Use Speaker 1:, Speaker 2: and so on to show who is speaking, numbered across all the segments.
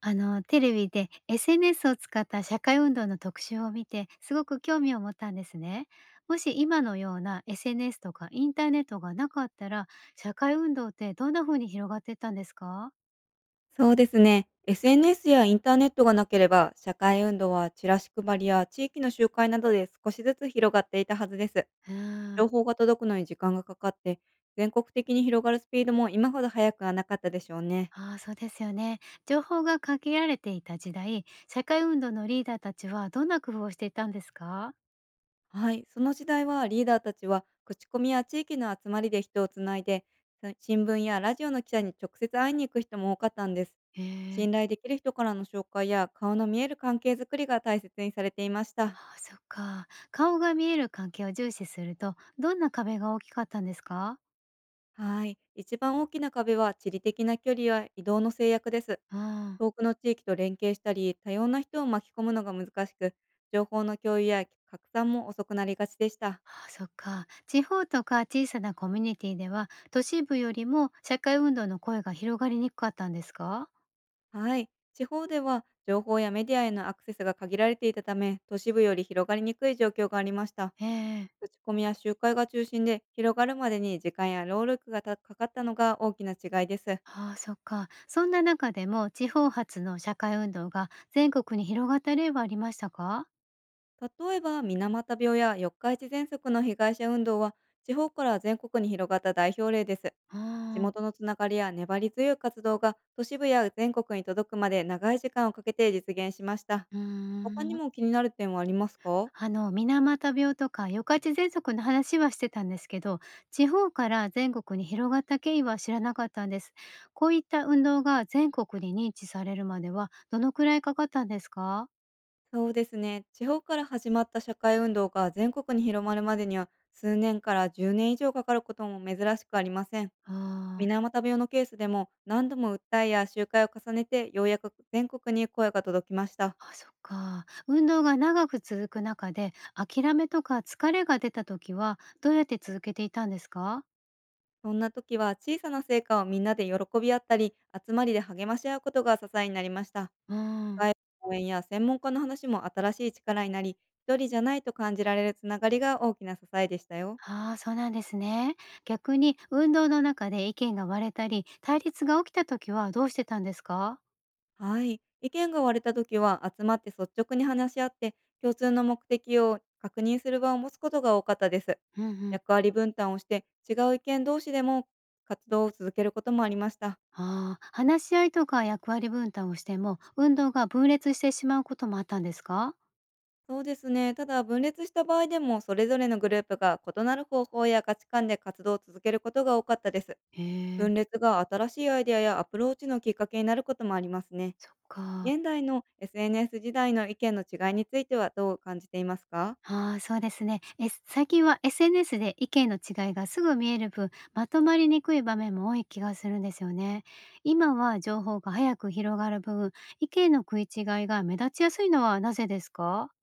Speaker 1: テレビで SNS を使った社会運動の特集を見て、すごく興味を持ったんですね。もし今のような SNS とかインターネットがなかったら、社会運動ってどんな風に広がっていったんですか？
Speaker 2: そうですね。SNS やインターネットがなければ、社会運動はチラシ配りや地域の集会などで少しずつ広がっていたはずです。
Speaker 1: うーん。
Speaker 2: 情報が届くのに時間がかかって、全国的に広がるスピードも今ほど速くはなかったでしょうね。
Speaker 1: ああー、そうですよね。情報が限られていた時代、社会運動のリーダーたちはどんな工夫をしていたんですか？
Speaker 2: はい、その時代はリーダーたちは口コミや地域の集まりで人をつないで、新聞やラジオの記者に直接会いに行く人も多かったんです。
Speaker 1: へえ。
Speaker 2: 信頼できる人からの紹介や顔の見える関係づくりが大切にされていました。
Speaker 1: ああー、そっか。顔が見える関係を重視すると、どんな壁が大きかったんですか？
Speaker 2: はい。一番大きな壁は地理的な距離や移動の制約です。
Speaker 1: うん。
Speaker 2: 遠くの地域と連携したり、多様な人を巻き込むのが難しく、情報の共有や拡散も遅くなりがちでした。
Speaker 1: ああ、そっか。地方とか小さなコミュニティでは、都市部よりも社会運動の声が広がりにくかったんですか？
Speaker 2: はい。地方では情報やメディアへのアクセスが限られていたため、都市部より広がりにくい状況がありました。
Speaker 1: ええ。
Speaker 2: 口コミや集会が中心で、広がるまでに時間や労力がたかかったのが大きな違いです。
Speaker 1: ああ、そっか。そんな中でも、地方発の社会運動が全国に広がった例はありましたか？
Speaker 2: 例えば水俣病や四日市喘息の被害者運動は、地方から全国に広がった代表例です。地
Speaker 1: あん、
Speaker 2: 元のつながりや粘り強い活動が、都市部や全国に届くまで長い時間をかけて実現しました。
Speaker 1: うー
Speaker 2: 他に
Speaker 1: ん。
Speaker 2: も気になる点はありますか？
Speaker 1: 水俣病とか、夜勝喘息の話はしてたんですけど、地方から全国に広がった経緯は知らなかったんです。こういった運動が全国に認知されるまでは、どのくらいかかったんですか？
Speaker 2: そうですね。地方から始まった社会運動が全国に広まるまでには、数年から10年以上かかることも珍しくありません。
Speaker 1: ああ、
Speaker 2: 水俣病のケースでも、何度も訴えや集会を重ねてようやく全国に声が届きました。
Speaker 1: あ、そっか。運動が長く続く中で、諦めとか疲れが出た時は、どうやって続けていたんですか？
Speaker 2: そんな時は、小さな成果をみんなで喜び合ったり、集まりで励まし合うことが支えになりました。
Speaker 1: うん。
Speaker 2: 外部の応援や専門家の話も新しい力になり、一人じゃないと感じられるつながりが大きな支えでしたよ。
Speaker 1: ああ、そうなんですね。逆に運動の中で意見が割れたり、対立が起きた時はどうしてたんですか？
Speaker 2: はい。意見が割れた時は集まって率直に話し合って、共通の目的を確認する場を持つことが多かったです。
Speaker 1: うんうん。
Speaker 2: 役割分担をして、違う意見同士でも活動を続けることもありました。
Speaker 1: ああ、話し合いとか役割分担をしても、運動が分裂してしまうこともあったんですか？
Speaker 2: そうですね。ただ、分裂した場合でも、それぞれのグループが異なる方法や価値観で活動を続けることが多かったです。
Speaker 1: へえ、
Speaker 2: 分裂が新しいアイデアやアプローチのきっかけになることもありますね。
Speaker 1: そっか。
Speaker 2: 現代の SNS 時代の意見の違いについては、どう感じていますか？
Speaker 1: ああ、そうですね。最近は SNS で意見の違いがすぐ見える分、まとまりにくい場面も多い気がするんですよね。今は情報が早く広がる分、意見の食い違いが目立ちやすいのはなぜですか？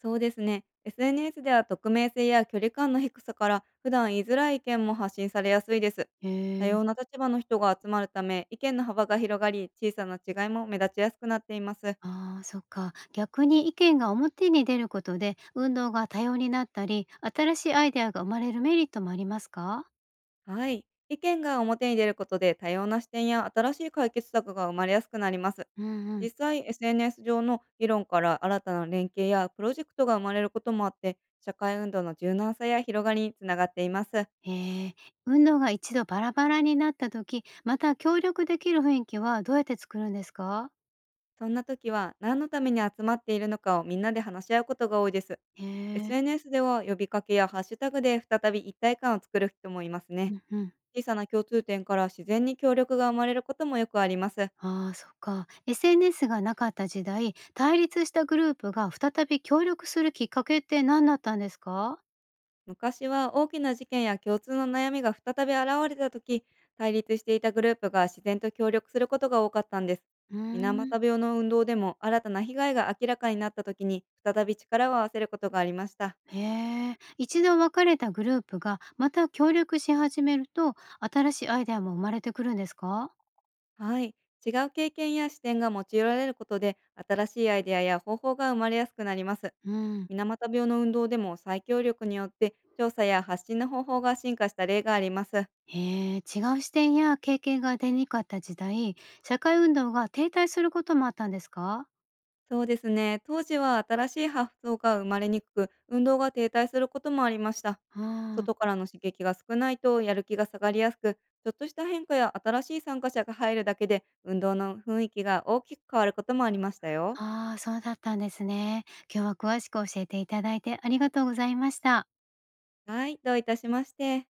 Speaker 2: そうですね。SNS では匿名性や距離感の低さから、普段言いづらい意見も発信されやすいです。
Speaker 1: へ
Speaker 2: 多
Speaker 1: え。
Speaker 2: 様な立場の人が集まるため、意見の幅が広がり、小さな違いも目立ちやすくなっています。
Speaker 1: ああ、そっか。逆に意見が表に出ることで、運動が多様になったり、新しいアイデアが生まれるメリットもありますか？
Speaker 2: はい。意見が表に出ることで、多様な視点や新しい解決策が生まれやすくなります。
Speaker 1: うんうん。
Speaker 2: 実際、SNS 上の議論から新たな連携やプロジェクトが生まれることもあって、社会運動の柔軟さや広がりにつながっています。
Speaker 1: へえー。運動が一度バラバラになった時、また協力できる雰囲気はどうやって作るんですか？
Speaker 2: そんな時は、何のために集まっているのかをみんなで話し合うことが多いです。
Speaker 1: へえ、
Speaker 2: SNS では呼びかけやハッシュタグで再び一体感を作る人もいますね。
Speaker 1: うんうん。
Speaker 2: 小さな共通点から自然に協力が生まれることもよくあります。
Speaker 1: ああ、そっか。SNS がなかった時代、対立したグループが再び協力するきっかけって何だったんですか？
Speaker 2: 昔は大きな事件や共通の悩みが再び現れた時、対立していたグループが自然と協力することが多かったんです。
Speaker 1: うー
Speaker 2: 水俣
Speaker 1: ん、
Speaker 2: 病の運動でも、新たな被害が明らかになった時に再び力を合わせることがありました。
Speaker 1: へえ。一度別れたグループがまた協力し始めると、新しいアイデアも生まれてくるんですか？
Speaker 2: はい。違う経験や視点が用いられることで、新しいアイデアや方法が生まれやすくなります。
Speaker 1: うん。
Speaker 2: 水俣病の運動でも、再協力によって調査や発信の方法が進化した例があります。
Speaker 1: へえ、違う視点や経験が出にくかった時代、社会運動が停滞することもあったんですか？
Speaker 2: そうですね。当時は新しい発想が生まれにくく、運動が停滞することもありました。
Speaker 1: うん。
Speaker 2: 外からの刺激が少ないとやる気が下がりやすく、ちょっとした変化や新しい参加者が入るだけで運動の雰囲気が大きく変わることもありましたよ。
Speaker 1: ああ、そうだったんですね。今日は詳しく教えていただいてありがとうございました。
Speaker 2: はい、どういたしまして。